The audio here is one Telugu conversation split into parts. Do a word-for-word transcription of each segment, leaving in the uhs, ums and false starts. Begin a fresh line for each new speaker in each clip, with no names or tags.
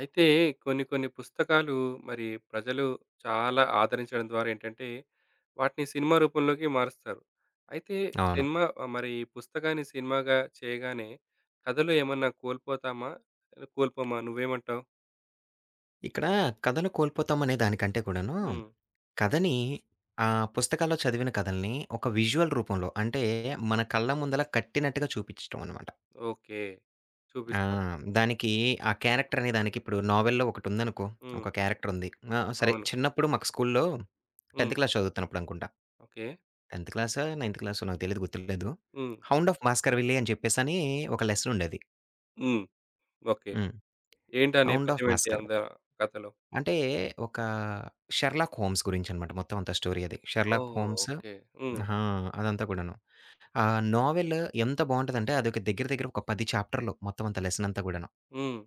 అయితే కొన్ని కొన్ని పుస్తకాలు మరి ప్రజలు చాలా ఆదరించడం ద్వారా ఏంటంటే వాటిని సినిమా రూపంలోకి మారుస్తారు. అయితే
అవును.
సినిమా ఆహ్, మరి ఈ పుస్తకాన్ని సినిమాగా చేయగానే కథలో ఏమన్నా కోల్పోతామా? కోల్పోమా? నువ్వేమంటావు?
ఇక్కడ కథలు కోల్పోతామనే దానికంటే కూడాను,
హ్మ్.
కథని ఆహ్, పుస్తకాల్లో చదివిన కథల్ని ఒక విజువల్ రూపంలో అంటే, మన కళ్ళ ముందల కట్టినట్టుగా చూపించటం అనమాట.
ఓకే.
ఆ!
చూపిస్తాం.
దానికి ఆ క్యారెక్టర్ అనే దానికి ఇప్పుడు నావెల్‌లో ఒకటుందనుకో,
హ్మ్.
ఒక క్యారెక్టర్ ఉంది. ఆ! సరే
అవును.
చిన్నప్పుడు మాకు స్కూల్లో
హ్మ్.
టెన్త్ క్లాస్ చదువుతున్నప్పుడు అనుకుంటా.
ఓకే.
టెన్త్ క్లాసా? నైన్త్ క్లాసో? నాకు తెలీదు గుర్తులేదు.
హ్మ్.
'హౌండ్ ఆఫ్ భాస్కర్‌విల్లే' అని చెప్పేసని ఒక లెసన్ ఉండేది.
హ్మ్. ఓకే.
హ్మ్.
ఏంటి ఆ
'హౌండ్ ఆఫ్
నేపథ్యం ఏంటి
భాస్కర్'
అంద కథలో?
అంటే ఒక 'షెర్లాక్ హోమ్స్' గురించనమాట మొత్తం అంతా స్టోరీ అది. 'Sherlock
oh!
Holmes'
okay. హ్మ్.
ఆహా! అదంతా కూడాను. ఆ నోవెల్ ఎంత బావుంటదంటే అదొక దగ్గర దగ్గర ఒక పది చాప్టర్‌లు మొత్తం అంతా లెసన్ అంతా గూడాను.
హ్మ్.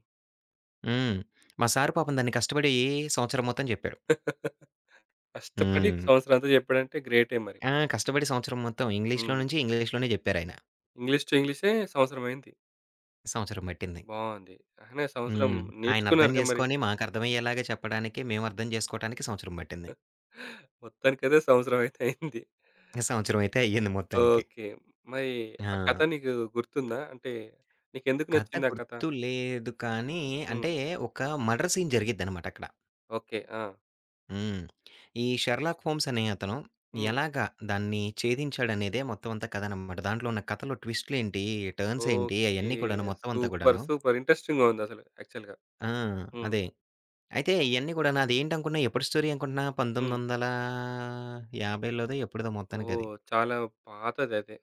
హ్మ్. మా సారు పాపం దాన్ని కష్టపడి సంవత్సరం మొత్తం జెప్పాడు.
కష్టపడి
హ్మ్.
సంవత్సరం అంతా చెప్పాడంటే గ్రేటే మరి.
ఆ! కష్టపడి సంవత్సరం మొత్తం ఇంగ్లీష్‌లో
హ్మ్.
నుంచి ఇంగ్లీష్‌లోనే జెప్పారాయన.
ఇంగ్లీష్ టు ఇంగ్లీషే సంవత్సరమైంది.
సంవత్సరం బట్టింది.
బావుంది. అహనే! సంవత్సరం
హ్మ్. ఆయన అర్థం
నేర్చుకున్నారుగా మరి.
జేసుకొని మాకర్థమయ్యేలాగా చెప్పడానికి, మేము అర్థం జేసుకోవటానికి సంవత్సరం బట్టింది.
మొత్తానికైతే సంవత్సరమైతే అయింది.
సంవత్సరం అయితే అయ్యింది మొత్తానికి.
ఓకే. మరి ఆ కథ
ఆ!
నీకు గుర్తుందా? అంటే నీకెందుకు
కథ
నచ్చింది ఆ కథ?
గుర్తు లేదు కానీ,
హ్మ్.
అంటే ఒక మర్డర్ సీన్ జరిగిద్దనమాట అక్కడ.
ఓకే. ఆ!
హ్మ్. ఈ 'షెర్లాక్ హోమ్స్' అనే అతను
హ్మ్.
ఎలాగా దాన్ని ఛేదించాడనేదే మొత్తం అంతా కథననమాట. దాంట్లో ఉన్న కథలో ట్విస్ట్‌లేంటి, టర్న్సేంటి
ఓకే.
అయన్నీ కూడాను మొత్తం అంతా
సూపర్.
గూడాను.
సూపర్. ఇంట్రెస్టింగ్‌గా ఉందసలు యాక్చువల్‌గా.
ఆ!
హ్మ్.
అదే. అయితే ఇయన్నీ గూడాను అదేంటనుకున్నా ఎప్పటి స్టోరీ అనుకుంటున్నా
హ్మ్.
పంతొమ్మిది వందల యాభైలోదో ఎప్పుడుదో మొత్తానికది.
ఓహ్! చాలా పాతదదే.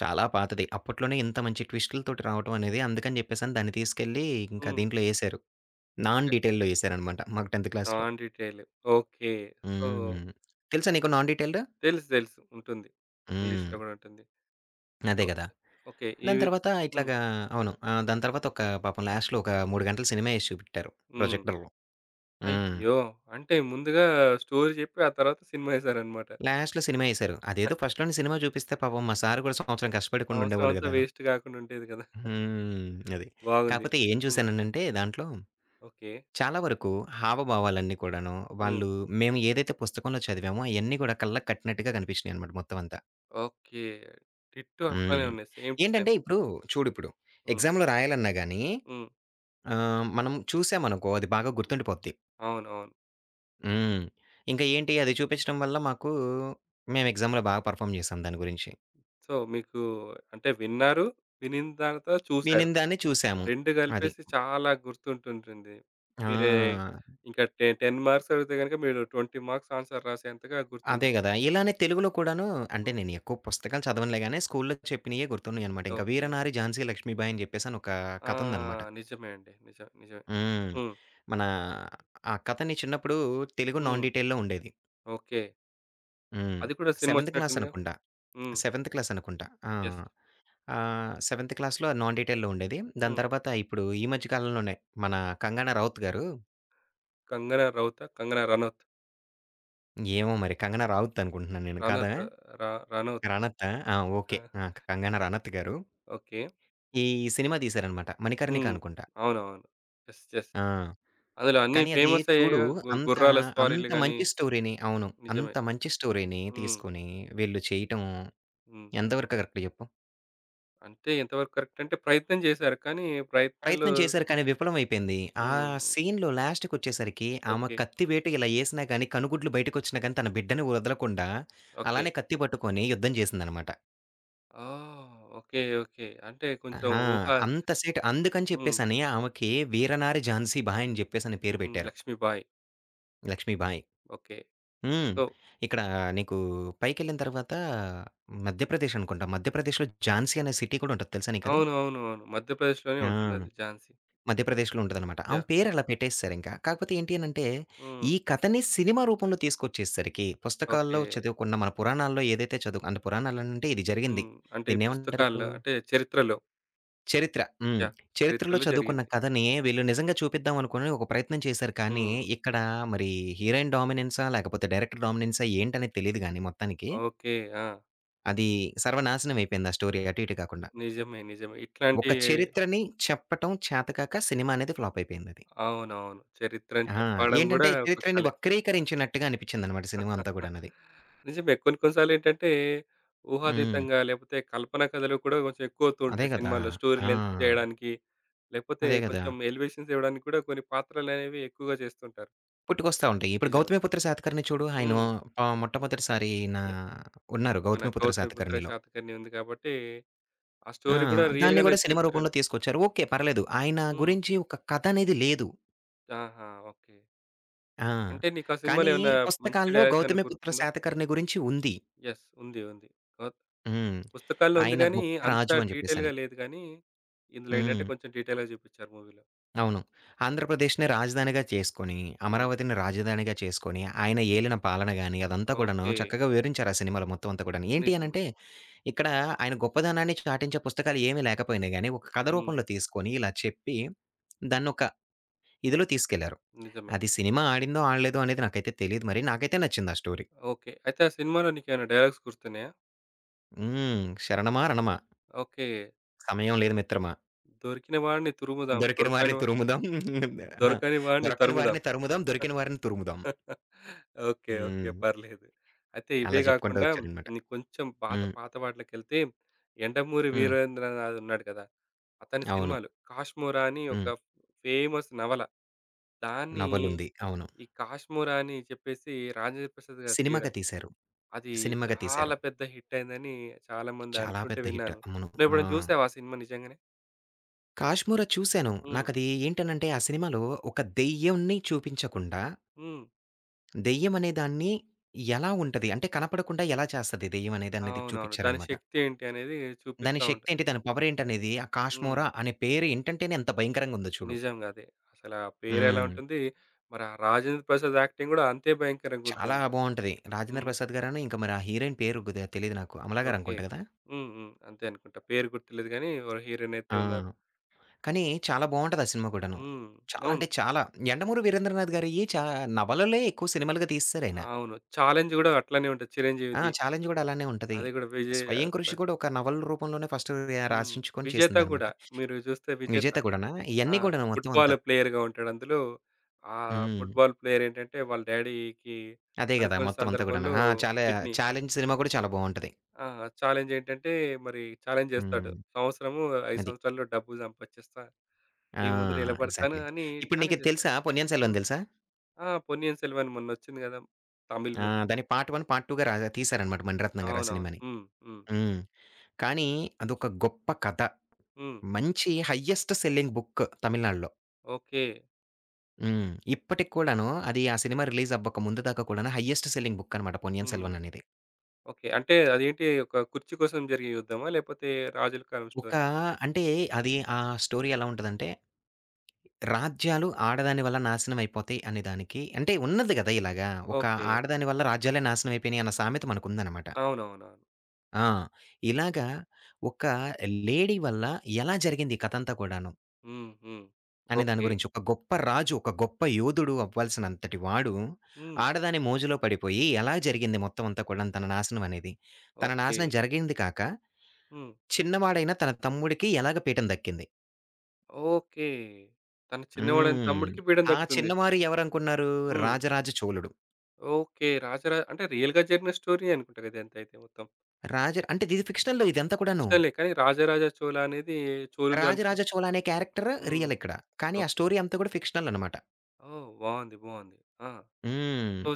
చాలా పాతది. అప్పట్లోనే ఇంత మంచి ట్విస్టులతోటి రావటం అనేది అందుకని జెప్పేసని దాన్ని తీసుకెళ్ళి ఇంకా
హ్మ్.
దీంట్లో యేశారు. Non
okay.
డీటెయిల్‌లో యేశారనమాట మాకు 10థ్ క్లాస్‌లో.
Non detail. ఓకే. సో,
హ్మ్. తెలుసా నీకు నాన్ డీటెయిల్డ్?
తెలుసు. తెలుసు. ఉంటుంది.
హ్మ్.
ఇంగ్లీష్‌లో గూడా ఉంటుంది.
అదే గదా!
ఓకే. ఓకే. ఈ
దాని తర్వాత
హ్మ్.
ఇట్లాగా అవును. ఆహ్, దాని తర్వాత ఒక పాపం లాస్ట్‌లో ఒక మూడు గంటలు సినిమా ఏసి చూపెట్టారు
హ్మ్.
ప్రొజెక్టర్‌లో. హ్మ్.
అయ్యో! అంటే ముందుగా స్టోరీ చెప్పి ఆ తర్వాత సినిమా ఎసారన్నమాట.
లాస్ట్‌లో సినిమా ఏశారు. అదేదో ఫస్ట్‌లోనే సినిమా చూపిస్తే పాపం మా సారు కూడా సంవత్సరం కష్టపడకుండా
సంవత్సరం
ఉండేవాళ్ళు
అంతా
గదా!
వేస్ట్ గాకుండా ఉండేది గదా!
హ్మ్. అది.
బాగుంది.
కాపోతే ఏం
హ్మ్.
చూసాననంటే దాంట్లో
ఓకే.
చాలా వరకు హావభావాలన్నీ కూడాను
హ్మ్.
వాళ్ళు మేము ఏదైతే పుస్తకంలో చదివామో అయన్నీ గూడా కళ్ళకి కట్టినట్టుగా కనిపించినాయన్నమాట మొత్తం అంతా.
ఓకే. 'టిట్టు' అట్లానే
హ్మ్.
ఉన్నాయి. Same to same.
ఏంటంటే ఇప్పుడు చూడిప్పుడు
హ్మ్.
ఎగ్జామ్‌లో రాయాలన్నా గాని
హ్మ్.
ఆహ్, మనం చూసామనుకో అది బాగా గుర్తుండిపోద్ది.
అవునవును.
హ్మ్. ఇంకా ఏంటి అది చూపించడం వల్ల మాకు మేము ఎగ్జామ్‌లో బాగా పెర్ఫార్మ్ చేసాం దాని గురించి.
సో, మీకు అంటే విన్నారు, వినిన తర్వాత చూసారు.
వినినదాన్ని చూసాము.
రెండు
అది.
కలిపేసి చాలా గుర్తుంటుంటుంది. మీరే
ఆ!
ఇంకా టె పది మార్క్స్ అడిగితే గనుక మీరు ఇరవై మార్క్స్ ఆన్సర్ రాసేంతగా
అదే
గుర్తుండొచ్చు.
గదా! ఇలానే తెలుగులో కూడాను అంటే
హ్మ్.
నేను ఎక్కువ పుస్తకాలు చదవనులే గాని స్కూల్‌లో చెప్పినయే గుర్తున్నాయన్నమాట. ఇంకా
ఓకే.
'వీరనారి ఝాన్సీ లక్ష్మీబాయి' అని చెప్పేసి అని ఒక
ఆ!
కథ ఉందన్నమాట.
నిజమే అండి. నిజం నిజమే.
హ్మ్.
హ్మ్.
మన ఆ కథని చిన్నప్పుడు తెలుగు నాన్
హ్మ్.
డీటెయిల్‌లో ఉండేది.
ఓకే.
హ్మ్.
అది కూడా
సెవెంత్ క్లాస్
సినిమొచ్చినట్టుందిగా?
అనుకుంటా.
హ్మ్.
సెవెంత్ క్లాస్ అనుకుంటా. ఆ!
యెస్.
ఆహ్, సెవెంత్ క్లాస్‌లో నాన్ డీటెయిల్‌లో ఉండేది. దాని
హ్మ్.
తర్వాత ఇప్పుడు ఈ మధ్య కాలంలోనే మన 'కంగనా రౌత్' గారు
'కంగనా రౌతా', 'కంగనా రనౌత్'
ఏమో మరి 'కంగనా రావత్' అనుకుంటున్నాను నేను. కాదా?
రనౌత్ ర రనౌత్.
రనతా? ఆ!
ఆ!
ఓకే. ఆ! 'కంగనా రనత్' గారు
ఓకే.
ఈ సినిమా తీశారనమాట 'మణికర్ణిక'
హ్మ్.
అనుకుంటా.
అవునవును. యెస్. యెస్.
ఆ!
అందులో అన్నీ
కానీ అది చూడు
ఫేమసయ్యాయిగా గు
అంత,
గుర్రాల స్వారీలు
అంత
గాని
మంచి స్టోరీని అవును.
నిజమే.
అంత మంచి స్టోరీని
హ్మ్.
తీసుకొని వీళ్ళు చేయటం
హ్మ్.
ఎంతవరకు కరెక్ట్ చెప్పు?
అంటే ఎంతవరకు కరెక్ట్ అంటే ప్రయత్నం జేశారు. కానీ ప్రయత్నంలో
ప్రయత్నం చేశారు కానీ విఫలమైపోయింది. ఆ
హ్మ్.
సీన్‌లో లాస్ట్‌కొచ్చేసరికి ఆమె
ఓకే.
కత్తి వేటు ఇలా ఏసినా గాని, కనుగుడ్లు బయటకొచ్చినా గాని, తన బిడ్డని వదలకుండా
ఓకే.
అలానే కత్తి పట్టుకొని యుద్ధం చేసిందనమాట.
ఆ! ఓకే. ఓకే. అంటే కొంచెం
ఆహా!
ఊహ
అంత సేటు అందుకని
హ్మ్.
చెప్పేసని ఆమెకి వీరనారి ఝాన్సీ భాయ్ అని చెప్పేసని పేరు
హ్మ్.
పెట్టారు.
'లక్ష్మీబాయి.'
లక్ష్మీబాయి.
ఓకే.
హ్మ్.
సో
ఇక్కడ నీకు పైకెళ్ళిన తర్వాత మధ్యప్రదేశ్ అనుకుంటా. మధ్యప్రదేశ్‌లో ఝాన్సీ అనే సిటీ కూడా ఉంటది తెలుసా నీకది?
అవును. అవును. అవును. మధ్యప్రదేశ్‌లోనే ఉంటుందది
ఆ!
ఝాన్సీ.
మధ్యప్రదేశ్‌లో ఉంటదనమాట. ఆమె
యాహ్!
పేరలా పెట్టేసేసారింకా. కాకపోతే ఏంటి అనంటే,
హ్మ్.
ఈ కథని సినిమా రూపంలో తీసుకొచ్చేసరికి, పుస్తకాల్లో
ఓకే.
చదువుకున్న మన పురాణాల్లో ఏదైతే చదువు అంటే పురాణాలనంటే ఇది జరిగింది.
హ్మ్. అంటే ఈ పుస్తకాల్లో
దీన్నేమంటారిప్పుడు?
అంటే చరిత్రలో.
చరిత్ర. హ్మ్.
యాహ్!
చరిత్రలో
చరిత్రలో
చదువుకున్న
జరిగింది.
కథని వీళ్ళు నిజంగా చూపిద్దాం అనుకోని ఒక ప్రయత్నం చేశారు కానీ,
హ్మ్.
ఇక్కడ మరి హీరోయిన్ డామినెన్సా? లేకపోతే డైరెక్టర్ డామినెన్సా? ఏంటనేది తెలీదు గానీ మొత్తానికి.
ఓకే. ఆ!
అది సర్వనాశనం అయిపోయింది ఆ స్టోరీ అటు ఇటు కాకుండా.
నిజమే. నిజమే. ఇట్లాంటి
ఒక చరిత్రని చెప్పటం చేతకాక సినిమా అనేది ఫ్లాప్ అయిపోయిందది.
అవునవును. చరిత్రని
ఆ!
చెప్పడం గూడా
ఏంటంటే
ఒక
చరిత్రని
కళే.
వక్రీకరించినట్టుగా అనిపిచ్చిందనమాట సినిమా అంతా గూడానది.
నిజమే. కొన్ని కొన్ని సార్లేంటంటే
హ్మ్.
ఊహాతీతంగా లేకపోతే కల్పన కథలు కూడా కొంచెం ఎక్కువవుతూ
అదే
ఉంటాయి
గదా!
సినిమాల్లో. స్టోరీ
ఆ!
లెంత్ చేయడానికి, లేకపోతే
అదే గదా!
కొంచెం ఎలివేషన్స్ ఇవ్వడానికి కూడా కొన్ని పాత్రలనేవి ఎక్కువగా చేస్తుంటారు.
పుట్టుకొస్తా ఉంటాయి. ఇప్పుడు
నిజమే.
'గౌతమిపుత్ర శాతకర్ణి' చూడు. ఆయన
హ్మ్.
ఆహ్, మొట్టమొదటిసారి ఈయన
యాహ్!
ఉన్నారు
మన
'గౌతమిపుత్ర
'గౌతమిపుత్ర
శాతకర్ణి'లో.
శాతకర్ణి' ఉంది కాబట్టి, ఆ
ఆ!
స్టోరీ కూడా
దాన్ని
రియల్‌గానే
గూడా సినిమా
చరిత్రలు
రూపంలో తీసుకొచ్చారు. ఓకే. పర్లేదు. ఆయన
హ్మ్.
గురించి ఒక కథ అనేది లేదు.
ఆహా! ఓకే.
ఆ!
అంటే నీకా సినిమాలో
కానీ
ఏమన్నా మంచి
పుస్తకాల్లో
డైలాగ్స్ ఏమన్నా
'గౌతమిపుత్ర
గుర్తుందా?
శాతకర్ణి' గురించి ఉంది.
యెస్. ఉంది. ఉంది. గౌత్
హ్మ్.
పుస్తకాల్లో ఉంది
ఆయన
గానీ,
గొప్ప
అంత
రాజు అని జెప్పేసని.
డీటెయిల్‌గా లేదు గానీ, ఇందులో ఏంటంటే
హ్మ్.
కొంచెం డీటెయిల్‌గా చూపిచ్చారు మూవీలో.
అవును. ఆంధ్రప్రదేశ్‌ని రాజధానిగా చేసుకొని,
హ్మ్.
అమరావతిని రాజధానిగా చేసుకొని, ఆయన ఏలిన పాలన గాని, అదంతా కూడాను
ఓకే.
చక్కగా వివరించారు ఆ సినిమాలో మొత్తం అంతా కూడాను. ఏంటి
నిజమే.
అనంటే, ఇక్కడ ఆయన గొప్పదనాన్ని చాటించే పుస్తకాలు ఏమీ లేకపోయినా గాని, ఒక కథ
హ్మ్.
రూపంలో తీసుకొని ఇలా చెప్పి, దాన్నొక ఇదిలో తీసుకెళ్లారు.
నిజమే.
అది సినిమా ఆడిందో, ఆడలేదో అనేది నాకైతే తెలీదు మరి. నాకైతే నచ్చింది ఆ స్టోరీ.
ఓకే. అయితే ఆ సినిమాలో నీకేమైనా డైలాగ్స్ గుర్తున్నాయా?
హ్మ్. శరణమా! రణమా!
ఓకే.
సమయం లేదు మిత్రమా!
దొరికిన వాడిని తురుముదాం
దొరికిన వారిని
దొరకని వా-
తురుముదాం. అహా!
దొరకని వాడిని
దొరకని
తరుముదాం.
వారిని తరుముదాం. దొరికిన వారిని తురుముదాం.
ఓకే. ఓకే.
హ్మ్.
పర్లేదు. అయితే ఇవే
అలా చెప్పుకుంటూ
గాకుండా
వచ్చారనమాట.
నీకు కొంచెం పాత,
హ్మ్.
పాత వాటిలకెళ్తే 'యండమూరి
హ్మ్.
వీరేంద్రనాథ్' ఉన్నాడు గదా! అతని
అవును.
సినిమాలు 'కాష్మోరా' అని ఒక
హ్మ్.
ఫేమస్ నవల. దాన్ని
నవలుంది. అవును.
ఈ 'కాష్మోరా' అని చెప్పేసి రాజేంద్ర ప్రసాద్ గారు
సినిమాగా
తీయడం.
తీశారు.
అది
సినిమాగా తీశారు.
చాలా పెద్ద హిట్ అయిందని చాలామంది
చాలా
అంటుంటే
పెద్ద హిట్.
విన్నాను.
అవును. ఆ!
నువ్వెప్పుడైనా జూసావా ఆ సినిమా నిజంగానే?
'కాశ్మీర' చూసాను.
హ్మ్.
నాకది ఏంటనంటే ఆ సినిమాలో ఒక దెయ్యంని చూపించకుండా,
హ్మ్.
దెయ్యం అనే దాన్ని ఎలా ఉంటది? అంటే కనపడకుండా ఎలా చేస్తది దెయ్యం అనేదనేది
అవునవును. దాని
చూపిచ్చారనమాట.
శక్తి ఏంటి అనేది
దాని
చూపిస్తా ఉంటారు.
శక్తేంటి? దాని పవరేంటనేది ఆ
హ్మ్.
'కాశ్మోరా' అనే పేరు ఇంటంటేనే ఎంత భయంకరంగుందో చూడు.
నిజంగా అదే. అసలా పేరెలా
హ్మ్.
ఉంటుంది. మరి ఆ 'రాజేంద్ర ప్రసాద్' యాక్టింగ్ గూడా అంతే భయంకరంగా ఉంటుంది
చాలా
అందులో.
బావుంటది. రాజేంద్ర
హ్మ్.
ప్రసాద్ గారను, ఇంకా మరి ఆ హీరోయిన్ పేరు కొద్దిగా తెలీదు నాకు. అమలా
ఓకే.
గారనుకుంటా గదా!
హ్మ్. హ్మ్. అంతే అనుకుంటా. పేరు గుర్తులేదు గానీ ఎవరో హీరోయిన్ అయితే
ఆ!
ఉన్నారు.
కానీ చాలా బావుంటది ఆ సినిమా కూడాను.
హ్మ్.
చాలా అంటే
అవును.
చాలా. 'యండమూరి వీరేంద్రనాథ్' గారియి చా నవలలే ఎక్కువ సినిమాలుగా తీసేసారాయన.
అవును. 'ఛాలెంజ్' గూడా అట్లనే ఉంటది
ఆ!
'చిరంజీవిది'.
'ఛాలెంజ్' గూడా అలానే ఉంటది.
అది గూడా విజయ్
స్వయం
బ
కృషి కూడా ఒక నవల రూపంలోనే ఫస్ట్ ర
హ్మ్.
రచించుకొని
'విజేత'
చేసిందనమాట.
గూడా మీరు చూస్తే 'విజేత'
'విజేత' గూడానా?
ఆ!
ఇయన్నీ గూడాను మొత్తం
ఫుట్‌బాల్
అంతా.
ప్లేయర్‌గా ఉంటాడు అందులో. ఆ
హ్మ్.
ఫుట్‌బాల్ ప్లేయర్ ఏంటంటే వాళ్ళ డ్యాడీకి
అదే గదా!
అనుకోని
మొత్తం అంతా గూడాను.
సందర్భంలో
ఆ! చాలా
కిడ్నీ
'ఛాలెంజ్' సినిమా కూడా చాలా బావుంటది.
ఆ! ఛాలెంజ్ ఏంటంటే మరి ఛాలెంజ్ చేస్తాడు.
హ్మ్.
సంవత్సరము ఐదు
అది.
సంవత్సరాల్లో డబ్బు సంపాదిస్తా.
ఆ!
నీ ముందు నిలబడతాను
ఎగ్జాక్ట్‌లీ.
అని
ఇప్పుడు
ఛాలెంజ్
నీకిది
చేస్తాడు.
తెలుసా 'పొన్నియిన్ సెల్వన్'
హ్మ్.
తెలుసా?
ఆ! పొన్నియిన్ సెల్వన్ మొన్నొచ్చింది కదా! తమిళ్
ఆ!
మూవీ.
దాన్ని పార్ట్ ఒకటి, పార్ట్ రెండుగా రా తీశారనమాట మణిరత్నం గారు ఆ
అవునవును.
సినిమాని.
హ్మ్. హ్మ్.
హ్మ్. కానీ అదొక గొప్ప కథ.
హ్మ్.
మంచి హైయెస్ట్ సెల్లింగ్ బుక్ తమిళనాడులో.
ఓకే.
హ్మ్. ఇప్పటికి కూడాను అది ఆ సినిమా రిలీజ్ అవ్వక ముందు దాకా కూడాను హైయెస్ట్ సెల్లింగ్ బుక్ అనమాట 'పొన్నియిన్
హ్మ్.
సెల్వన్' అనేది.
ఓకే. అంటే అదేంటి ఒక కుర్చీ కోసం జరిగే యుద్ధమా? లేపోతే రాజుల కాలం
ఒక
స్టోరీ.
అంటే అది ఆ స్టోరీ ఎలా ఉంటదంటే, రాజ్యాలు ఆడదాని వల్ల నాశనం అయిపోతాయి అనే దానికి అంటే ఉన్నది గదా! ఇలాగా ఒక
ఓకే.
ఆడదాని వల్ల రాజ్యాలే నాశనం అయిపోయినాయి అన్న సామెత మనకుందనమాట.
అవునవునవును.
ఆ! ఇలాగా ఒక లేడీ వల్ల ఎలా జరిగింది ఈ కథంతా కూడాను.
హ్మ్. హ్మ్.
అనే దాని
ఓకే.
గురించి. ఒక గొప్ప రాజు, ఒక గొప్ప యోధుడు అవ్వాల్సినంతటి వాడు,
హ్మ్.
ఆడదాని మోజులో పడిపోయి ఎలా జరిగింది మొత్తం అంతా కూడాను తన నాశనం అనేది. తన
ఓకే.
నాశనం జరిగింది కాక,
హ్మ్.
చిన్నవాడైన తన తమ్ముడికి ఎలాగ పీఠం దక్కింది.
ఓకే. తను చిన్నవాడైన
హ్మ్.
తమ్ముడికి పీడన
ఆ
దక్కుతుంది.
చిన్నవారు ఎవరనుకున్నారు?
హ్మ్.
రాజరాజ చోళుడు.
ఓకే. రాజరా అంటే రియల్‌గా జరిగిన స్టోరీయే అనుకుంటా గదా! ఇదంతైతే మొత్తం.
రాజ అంటే ఇది ఫిక్షనల్ ఇదంతా కూడాను.
ఫిక్షనలే కానీ రాజరాజ చోళ అనేది చోళులు అంటే
రాజరాజ చోళ అనే క్యారెక్టర్
హ్మ్.
రియల్ ఇక్కడ. కానీ ఆ
ఓకే.
స్టోరీ అంతా కూడా ఫిక్షనల్ అనమాట.
ఓహ్! బావుంది. బావుంది. ఆ!
హ్మ్.
సో,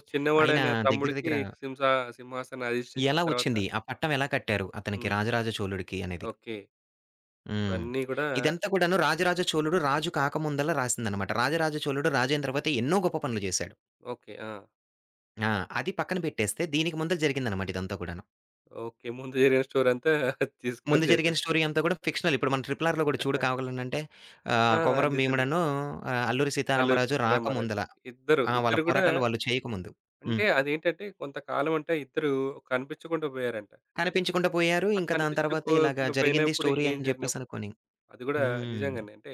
ఆయన
చిన్నవాడైన
దగ్గర
తమ్ముడికి
దగ్గర
సింసా సింహాసనం అధిష్టించిన
ఎలా
తర్వాత
వచ్చింది? ఆ పట్టం ఎలా కట్టారు అతనికి
హ్మ్.
రాజరాజ చోళుడికి అనేది?
ఓకే.
హ్మ్.
ఇవన్నీ గూడా
ఇదంతా కూడాను రాజరాజ చోళుడు రాజు కాకముందల రాసిందనమాట. రాజరాజ చోళుడు రాజైన తర్వాత ఎన్నో గొప్ప పనులు చేశాడు.
ఓకే. ఆ!
ఆ! అది పక్కన పెట్టేస్తే దీనికి ముందల జరిగిందనమాట ఇదంతా కూడాను.
ఓకే. ముందు జరిగిన స్టోరీ అంతా తీసుకొని
ముందు జరిగిన
జేసేసి
స్టోరీ అంతా కూడా ఫిక్షనల్. ఇప్పుడు మన 'ట్రిపుల్ ఆర్‌లో' కూడా చూడు కావాలనంటే
ఆ!
ఆహ్, కొమరం
నిజమే.
భీముడను ఆహ్, అల్లూరి
'అల్లూరి
సీతారామరాజు
సీతారామరాజు'
రాకముందల
ఇద్దరు,
ఆ! వాళ్ళ
ఇద్దరు గూడా
పోరాటాలు వాళ్ళు చేయకముందు. హ్మ్.
అంటే అదేంటంటే కొంతకాలం అంటే ఇద్దరు కనిపించకుండా పోయారంట.
కనిపించకుండా పోయారు.
ఆ
ఇంకా దాని తర్వాత ఇలాగా
కనిపించకుండా
జరిగింది
పోయినప్పుడు
స్టోరీ
ఏం
అని
జరిగిన
చెప్పేసనుకోని.
అది గూడా
హ్మ్.
నిజంగానే. అంటే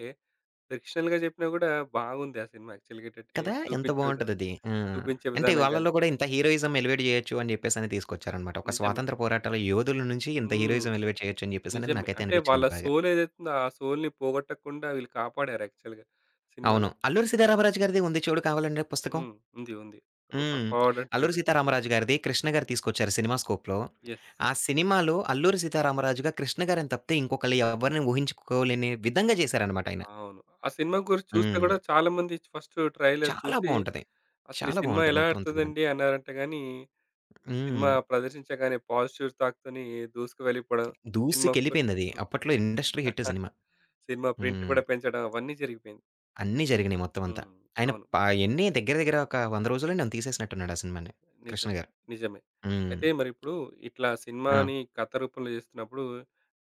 ఫిక్షనల్‌గా జెప్పినా గూడా బాగుంది ఆ సినిమా యాక్చువల్‌గా ఏంటంటే
కదా! ఎంత
చూపించే విధ
బావుంటదది. ఆ!
చూపించే
అంటే
విధానం గాని.
వాళ్ళలో కూడా ఇంత హీరోయిజం ఎలివేట్ చేయొచ్చు అని చెప్పేసని తీసుకొచ్చారనమాట. ఒక
నిజమే.
స్వాతంత్ర పోరాటాల యోధుల నుంచి ఇంత
హ్మ్.
హీరోయిజం ఎలివేట్ చేయొచ్చు అని చెప్పేసనేది
నిజమే.
నాకైతే
అంటే వాళ్ళ
అనిపించింది బాగా.
సోల్ ఏదైతే ఉందో ఆ సోల్‌ని పోగొట్టకుండా వీళ్ళు కాపాడారు యాక్చువల్‌గా
అవును.
సినిమాలో.
'అల్లూరి సీతారామరాజు' గారిది ఉంది చూడు కావాలంటే పుస్తకం.
హ్మ్. ఉంది. ఉంది. ఒక
హ్మ్.
ఫార్వర్డ్
'అల్లూరి
అంటాడు.
సీతారామరాజు' గారిది కృష్ణ గారు తీసుకొచ్చారు సినిమా స్కోప్‌లో.
యెస్.
ఆ సినిమాలో 'అల్లూరి సీతారామరాజు'గా కృష్ణ గారిని తప్పితే ఇంకొకళ్ళు ఎవరిని ఊహించుకోలేని విధంగా చేశారనమాట ఆయన.
అవును. ఆ సినిమా గురించి చూస్తే
హ్మ్.
గూడా చాలా మంది ఫస్ట్ ట్రైలర్
చాలా
చూసి
బావుంటది.
అసలు ఈ
చాలా
సినిమా
బావుంటది
ఎలా
మొత్తం అంతా కూడాను.
ఆడుతదండి అన్నారంట గాని సినిమా
హ్మ్.
ప్రదర్శించగానే పాజిటివ్ టాక్‌తోని దూసుకు వెళ్ళిపోవడం. సినిమా ప్ర
దూసుకెళ్ళిపోయిందది. అప్పట్లో industry hit cinema.
Cinema print
హ్మ్.
కూడా పెంచడం అవన్నీ జరిగిపోయింది.
అన్నీ జరిగినియి మొత్తమంతా.
హ్మ్.
ఆయన
అవును.
ప ఎన్ని దగ్గర దగ్గర ఒక వంద రోజుల్లోనేమో తీసేసినట్టున్నాడు ఆ సినిమాని 'కృష్ణ'
నిజమే.
గారు.
నిజమే.
హ్మ్.
అయితే మరిప్పుడు ఇట్లా
ఆ!
సినిమాని కథ రూపంలో చేస్తున్నప్పుడు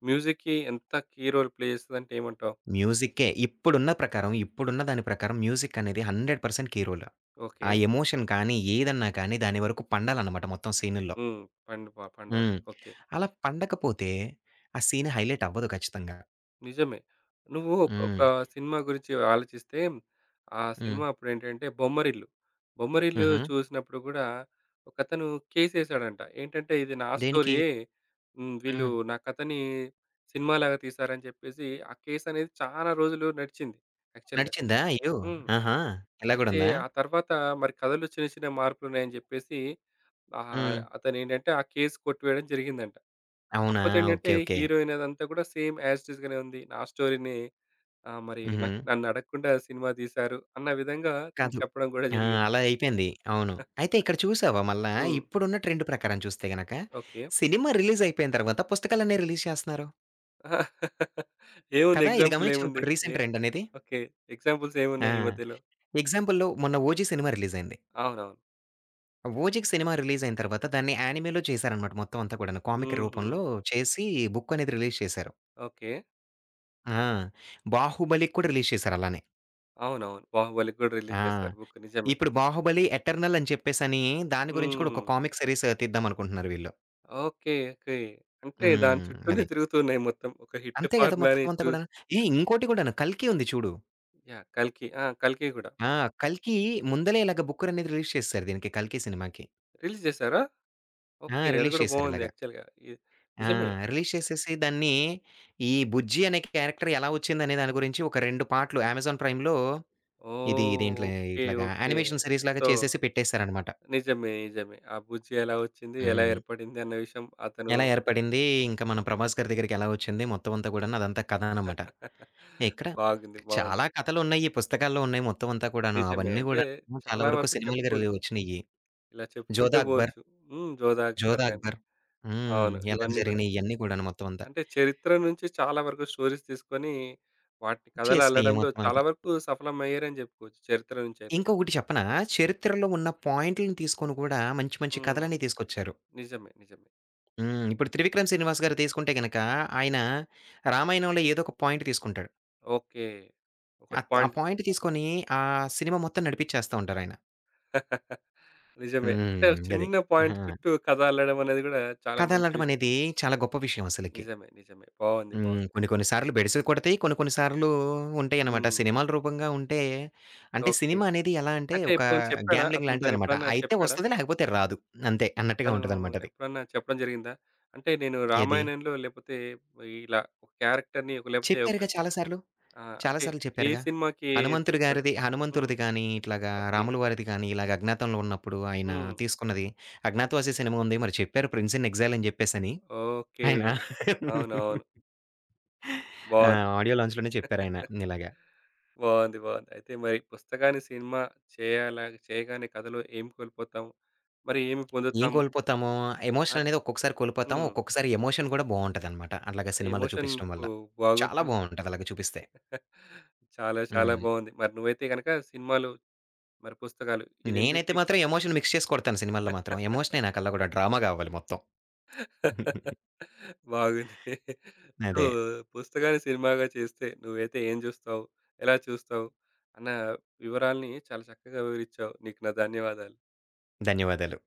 మ్యూజిక్‌కి ఎంత కీ రోల్ ప్లే చేస్తదంటే ఏమంటావు?
మ్యూజిక్కే. ఇప్పుడున్న ప్రకారం, ఇప్పుడున్న దాని ప్రకారం మ్యూజిక్ అనేది నూరు శాతం కీ రోల్.
ఓకే.
ఆ ఎమోషన్ కానీ, ఏదన్నా కానీ దాని వరకు పండాలన్నమాట మొత్తం సీనుల్లో.
హ్మ్. పండు ప పండాలి.
హ్మ్.
ఓకే.
అలా పండకపోతే ఆ సీన్ హైలైట్ అవ్వదు ఖచ్చితంగా.
నిజమే. నువ్వు ఒక ఒక
హ్మ్.
సినిమా గురించి ఆలోచిస్తే, ఆ
హ్మ్.
సినిమా అప్పుడేంటంటే 'బొమ్మరిల్లు.' 'బొమ్మరిల్లు'
హుహు.
చూసినప్పుడు గూడా ఒకతను కేసేసాడంట. ఏంటంటే ఇది నా
దేనికి?
స్టోరీయే. హ్మ్. వీళ్ళు
హ్మ్.
నా కథని సినిమాలాగా తీశారని చెప్పేసి, ఆ కేసనేది చాలా రోజులు నడిచింది యాక్చువల్‌గా.
నడిచిందా అయ్యో!
హ్మ్.
ఆహా! ఇలా
అయితే
గూడుందా?
ఆ తర్వాత మరి కథలో చిన్న చిన్న మార్పులున్నాయని జెప్పేసి ఆహ్,
హ్మ్.
అతనేంటంటే ఆ కేస్ కొట్టివేయడం జరిగిందంట.
అవునా!
కాకపోతే ఏంటంటే
ఓకే. ఓకే.
హీరోయిన్ అదంతా గూడా సేమ్ యాజ్ ఇట్ ఈజ్ గానే ఉంది. నా స్టోరీనే ఆ! మరి
హుహు.
నాకు నన్ను అడగకుండా సినిమా తీశారు అన్న విధంగా తను
కాదు.
చెప్పడం గూడా
ఆ!
జరిగింది.
అలా అయిపోయింది. అవును. అయితే ఇక్కడ చూసావా మళ్ళా
హ్మ్.
ఇప్పుడున్న ట్రెండ్ ప్రకారం చూస్తే గనక,
ఓకే.
సినిమా రిలీజ్ అయిపోయిన తర్వాత పుస్తకాలన్నీ రిలీజ్ చేస్తున్నారు.
ఆహా, ఏముంది
కదా! ఇది
ఎగ్జాంపుల్
గమనించావా
ఏముంది?
ఇప్పుడు
ఏ
రీసెంట్ ట్రెండ్ అనేది?
ఓకే. ఎగ్జాంపుల్స్
ఆ!
ఏమున్నాయి ఈ మధ్యలో?
ఎగ్జాంపుల్‌లో మొన్న 'ఓజీ' సినిమా రిలీజ్ అయింది.
అవునవును.
'ఓజీకి' సినిమా రిలీజ్ అయిన తర్వాత దాన్ని యానిమేలో చేశారనమాట మొత్తం అంతా కూడాను. కామిక్
హుహు.
రూపంలో చేసి బుక్ అనేది రిలీజ్ చేశారు.
ఓకే.
ఆ! 'బాహుబలికి' కూడా రిలీజ్ చేశారు అలానే.
అవునవును. 'బాహుబలి' కూడా
ఆ!
రిలీజ్ చేశారు బుక్ నిజమే.
ఇప్పుడు 'బాహుబలి ఎటర్నల్' అని చెప్పేసని దాని గురించి కూడా
హ్మ్.
ఒక కామిక్ సీరీస్ తీద్దాం అనుకుంటున్నారు వీళ్ళు.
ఓకే. ఓకే. అంటే దాని
హ్మ్.
చుట్టూనే
అది.
తిరుగుతున్నాయి మొత్తం. ఒక హిట్
అంతే గదా!
ఫార్ములాని
మొత్తం అంతా
చూస్
కూడాను. ఏ ఇంకోటి కూడాను 'కల్కి' ఉంది చూడు.
యాహ్! 'కల్కి.' ఆ! 'కల్కి' గూడా
ఆ! 'కల్కి' ముందలే ఇలాగ బుక్కర్ అనేది రిలీజ్ చేసేసారు దీనికి 'కల్కి' సినిమాకి.
రిలీజ్ చేశారా?
ఆ!
ఓకే. అది
రిలీజ్
గూడా
చేశారు
బావుంది
ఇలాగ.
యాక్చువల్‌గా. ఇ
ఆ!
నిజమే.
రిలీజ్ చేసేసి దాన్ని ఈ 'బుజ్జి' అనే క్యారెక్టర్ ఎలా వచ్చిందనే దాని గురించి ఒక రెండు పార్ట్‌లు అమెజాన్ ప్రైమ్‌లో ఇది
ఓహ్!
దీంట్లో
ఓకే.
ఇట్లాగా
ఓకే.
యానిమేషన్ సీరీస్ లాగా
సో,
చేసేసి పెట్టేసారనమాట.
నిజమే. నిజమే. ఆ బుజ్జి ఎలా వచ్చింది? ఎలా
హ్మ్.
ఏర్పడింది? అన్న విషయం అతను
ఎలా ఏర్పడింది, ఇంకా మన ప్రభాస్ గారి దగ్గరికెలా వచ్చింది మొత్తం అంతా కూడాను అదంతా కథ అనమాట. ఎక్కడ?
బాగుంది. బాగుంది.
చాలా కథలున్నయి. పుస్తకాల్లో ఉన్నాయి మొత్తం అంతా కూడాను.
నిజమే.
అవన్నీ
అంటే
గూడాను చాలా
చాలా
వరకు
వరకు
సినిమాలుగా రిలీ
చెప్పుకోవచ్చు.
వచ్చినియి.
ఇలా చెప్పుకుంటే
'జోధా అక్బర్',
పోవచ్చు. హ్మ్. జోధా
'జోధా
అక్బర్ గాని.
అక్బర్' హ్మ్.
అవును.
ఎలాగ
ఇవన్నీ గూడా.
జరిగినియి ఇయన్నీ కూడాను మొత్తం అంతా.
అంటే చరిత్ర నుంచి చాలా వరకు స్టోరీస్ తీసుకొని వాటిని కథలు
చేసినియి
అల్లడంలో
మొత్తం
చాలా
అంతా.
వరకు సఫలమయ్యారని జెప్పుకోవచ్చు. చరిత్ర నుంచైతే.
ఇంకొకటి చెప్పనా? చరిత్రలో ఉన్న పాయింట్‌లని తీసుకొని కూడా మంచి మంచి
హ్మ్.
కథలన్నీ తీసుకొచ్చారు.
నిజమే. నిజమే.
హ్మ్. ఇప్పుడు 'త్రివిక్రమ్ శ్రీనివాస్' గారు తీసుకుంటే గనక, ఆయన రామాయణంలో ఏదో ఒక పాయింట్ తీసుకుంటాడు.
ఓకే. ఒకటి
అత్ ఆ
పాయింట్
పాయింట్ తీసుకొని ఆ సినిమా మొత్తం నడిపిచ్చేస్తా ఉంటారాయన.
నిజమే. అంటే ఒక
హ్మ్. అది.
చిన్న పాయింట్
ఆ!
చుట్టూ కథ అల్లడం అనేది గూడా చాలా
కథ
మంచి విషయం.
అల్లటమనేది చాలా గొప్ప విషయం అసలకి.
నిజమే. నిజమే. బావుంది.
హ్మ్.
బావుంది.
కొన్ని కొన్ని సార్లు బెడిసి కొడతాయి. కొన్ని కొన్ని సార్లు ఉంటాయన్నమాట.
హ్మ్.
సినిమాల రూపంగా ఉంటే అంటే
ఓకే.
సినిమా అనేది ఎలా అంటే
అయితే
ఒక
ఎప్పుడైనా చెప్పాడా?
గ్యామ్లింగ్
అతను
లాంటిదన్నమాట.
తనెప్పుడన్నా
అయితే
చెప్పాడా?
వస్తది లేకపోతే రాదు. అంతే అన్నట్టుగా
అతను
ఉంటదన్నమాట అది.
ఎప్పుడన్నా చెప్పడం జరిగిందా? అంటే నేను
ఏది?
రామాయణంలో లేపోతే ఇలా ఒక క్యారెక్టర్‌ని ఒక లేపోతే ఒక
చెప్పారుగా చాలా సార్లు.
ఆ!
చాలా
అంటే
సార్లు
ఏ
చెప్పారుగా.
సినిమాకి ఏది
హనుమంతుడు
చెప్పాడు?
గారిది
హ్మ్.
హనుమంతుడిది గాని, ఇట్లాగా
ఓకే.
రాములు వారిది గాని ఇలాగ అజ్ఞాతంలో ఉన్నప్పుడు ఆయన
హ్మ్.
తీసుకున్నది 'అజ్ఞాతవాసి' సినిమా ఉంది. మరి చెప్పారు 'ప్రిన్స్ ఇన్ ఎగ్జైల్' అని జెప్పేసని.
ఓకే.
ఆయన
అవునవును.
ఆ!
బావుంది.
ఆడియో లాంచ్‌లోనే చెప్పారాయన ఇలాగ.
బాగుంది. బాగుంది. అయితే మరి పుస్తకాన్ని సినిమా చేయాలా చేయగానే కథలో ఏం కోల్పోతాము? మరి ఏమి
ఏం
పొందుతాము?
కోల్పోతాము? ఎమోషన్
అన్
అనేది ఒక్కొక్కసారి కోల్పోతాము.
హ్మ్.
ఒక్కొక్కసారి ఎమోషన్ గూడా బావుంటదనమాట. అట్లాగా సినిమాల్లో
ఎమోషన్
చూపించడం వల్ల.
మీకు
చాలా
బాగుంటుంది.
బావుంటది అలాగా చూపిస్తే.
చాలా చాలా
హ్మ్.
బాగుంది. మరి నువ్వైతే గనక సినిమాలు, మరి పుస్తకాలు ఈ
నేనైతే
రెండిటిని
మాత్రం ఎమోషన్ మిక్స్ చేసి కొడతాను సినిమాల్లో మాత్రం. ఎమోషనే నా కల్లా గూడా డ్రామా గావాలి మొత్తం.
బాగుంది. సో,
అదే.
పుస్తకాన్ని సినిమాగా చేస్తే నువ్వైతే ఏం చూస్తావు? ఎలా చూస్తావు? అన్న వివరాల్ని చాలా చక్కగా వివరించావు. నీకు నా ధన్యవాదాలు.
ధన్యవాదాలు.